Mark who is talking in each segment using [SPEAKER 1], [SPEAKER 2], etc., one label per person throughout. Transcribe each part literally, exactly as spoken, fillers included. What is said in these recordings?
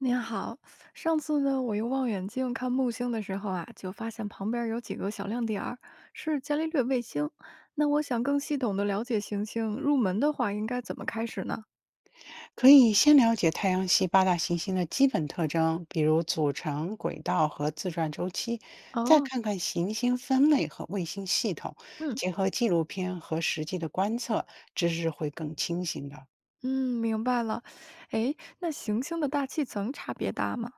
[SPEAKER 1] 您好，上次呢，我用望远镜看木星的时候啊，就发现旁边儿有几个小亮点儿，是伽利略卫星。那我想更系统的了解行星，入门的话应该怎么开始呢？
[SPEAKER 2] 可以先了解太阳系八大行星的基本特征，比如组成、轨道和自转周期，再
[SPEAKER 1] 哦，
[SPEAKER 2] 看看行星分类和卫星系统，
[SPEAKER 1] 嗯
[SPEAKER 2] 结合纪录片和实际的观测，知识会更清醒的。
[SPEAKER 1] 嗯，明白了。诶，那行星的大气层差别大吗？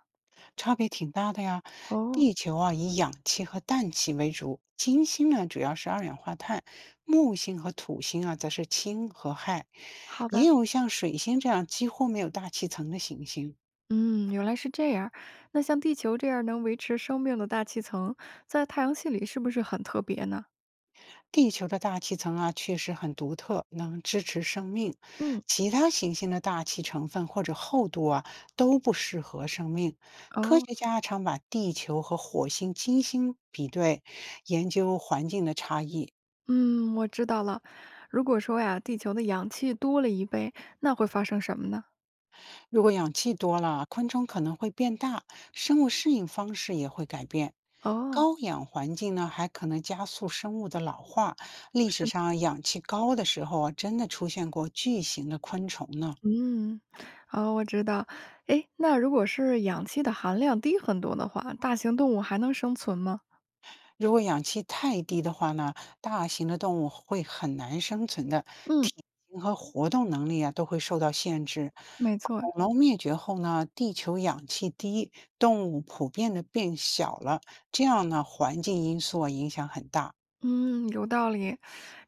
[SPEAKER 2] 差别挺大的呀。
[SPEAKER 1] 哦，
[SPEAKER 2] 地球啊以氧气和氮气为主，金星呢主要是二氧化碳，木星和土星啊则是氢和氦，
[SPEAKER 1] 好
[SPEAKER 2] 也
[SPEAKER 1] 的。
[SPEAKER 2] 有像水星这样几乎没有大气层的行星。
[SPEAKER 1] 嗯，原来是这样。那像地球这样能维持生命的大气层，在太阳系里是不是很特别呢？
[SPEAKER 2] 地球的大气层啊，确实很独特，能支持生命。
[SPEAKER 1] 嗯，
[SPEAKER 2] 其他行星的大气成分或者厚度啊，都不适合生命。科学
[SPEAKER 1] 哦。
[SPEAKER 2] 家常把地球和火星、金星比对，研究环境的差异。
[SPEAKER 1] 嗯，我知道了。如果说呀，地球的氧气多了一倍，那会发生什么呢？
[SPEAKER 2] 如果氧气多了，昆虫可能会变大，生物适应方式也会改变。
[SPEAKER 1] 哦，
[SPEAKER 2] 高氧环境呢，还可能加速生物的老化。历史
[SPEAKER 1] 是
[SPEAKER 2] 上氧气高的时候啊，真的出现过巨型的昆虫呢。
[SPEAKER 1] 嗯，哦，我知道。诶，那如果是氧气的含量低很多的话，大型动物还能生存吗？
[SPEAKER 2] 如果氧气太低的话呢，大型的动物会很难生存的，
[SPEAKER 1] 嗯，
[SPEAKER 2] 体型和活动能力啊都会受到限制。
[SPEAKER 1] 没错。
[SPEAKER 2] 恐龙灭绝后呢，地球氧气低，动物普遍的变小了，这样呢，环境因素啊影响很大。
[SPEAKER 1] 嗯，有道理。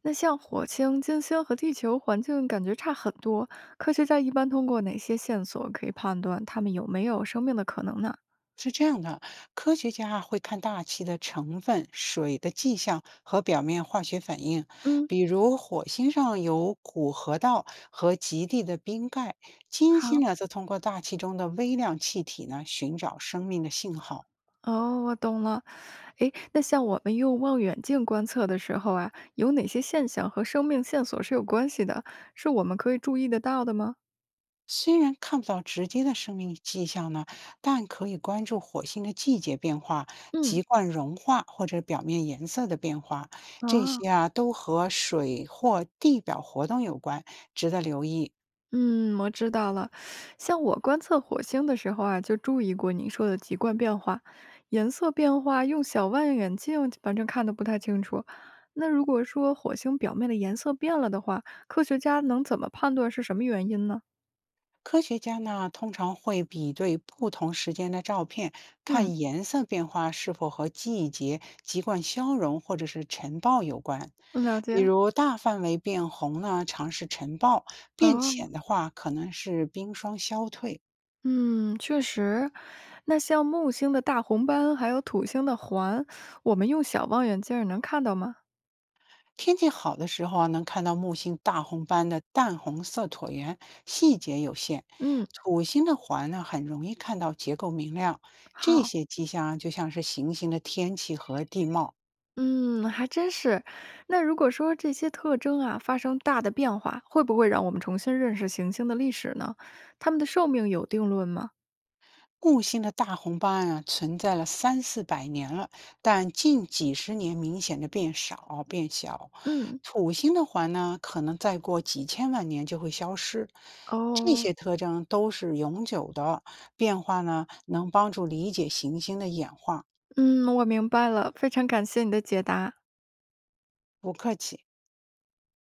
[SPEAKER 1] 那像火星、金星和地球环境感觉差很多，科学家一般通过哪些线索可以判断它们有没有生命的可能呢？
[SPEAKER 2] 是这样的，科学家啊会看大气的成分、水的迹象和表面化学反应。
[SPEAKER 1] 嗯，
[SPEAKER 2] 比如，火星上有古河道和极地的冰盖，金星
[SPEAKER 1] 好。
[SPEAKER 2] 呢，则通过大气中的微量气体呢，寻找生命的信号。
[SPEAKER 1] 哦，我懂了。诶，那像我们用望远镜观测的时候啊，有哪些现象和生命线索是有关系的？是我们可以注意得到的吗？
[SPEAKER 2] 虽然看不到直接的生命迹象呢，但可以关注火星的季节变化、
[SPEAKER 1] 嗯，
[SPEAKER 2] 籍贯融化或者表面颜色的变化，这
[SPEAKER 1] 啊，
[SPEAKER 2] 些啊都和水或地表活动有关，值得留意。
[SPEAKER 1] 嗯，我知道了。像我观测火星的时候啊，就注意过你说的极贯变化、颜色变化，用小望远镜反正看的不太清楚。那如果说火星表面的颜色变了的话，科学家能怎么判断是什么原因呢？
[SPEAKER 2] 科学家呢，通常会比对不同时间的照片，
[SPEAKER 1] 嗯，
[SPEAKER 2] 看颜色变化是否和季节、籍贯消融或者是晨暴有关。
[SPEAKER 1] 了
[SPEAKER 2] 比
[SPEAKER 1] 解。
[SPEAKER 2] 如大范围变红呢，常是晨暴；变浅
[SPEAKER 1] 哦。
[SPEAKER 2] 的话，可能是冰霜消退。
[SPEAKER 1] 嗯，确实。那像木星的大红斑，还有土星的环，我们用小望远镜儿能看到吗？
[SPEAKER 2] 天气好的时候啊，能看到木星大红斑的淡红色椭圆，细节有限。
[SPEAKER 1] 嗯，
[SPEAKER 2] 土星的环呢，很容易看到结构明亮。这
[SPEAKER 1] 好，
[SPEAKER 2] 些迹象啊就像是行星的天气和地貌。
[SPEAKER 1] 嗯，还真是。那如果说这些特征啊发生大的变化，会不会让我们重新认识行星的历史呢？它们的寿命有定论吗？
[SPEAKER 2] 木星的大红斑啊，存在了三四百年了，但近几十年明显的变少变小。
[SPEAKER 1] 嗯
[SPEAKER 2] 土星的环呢，可能再过几千万年就会消失。这
[SPEAKER 1] 哦，
[SPEAKER 2] 些特征都是永久的，变化呢能帮助理解行星的演化。
[SPEAKER 1] 嗯，我明白了，非常感谢你的解答。
[SPEAKER 2] 不客气。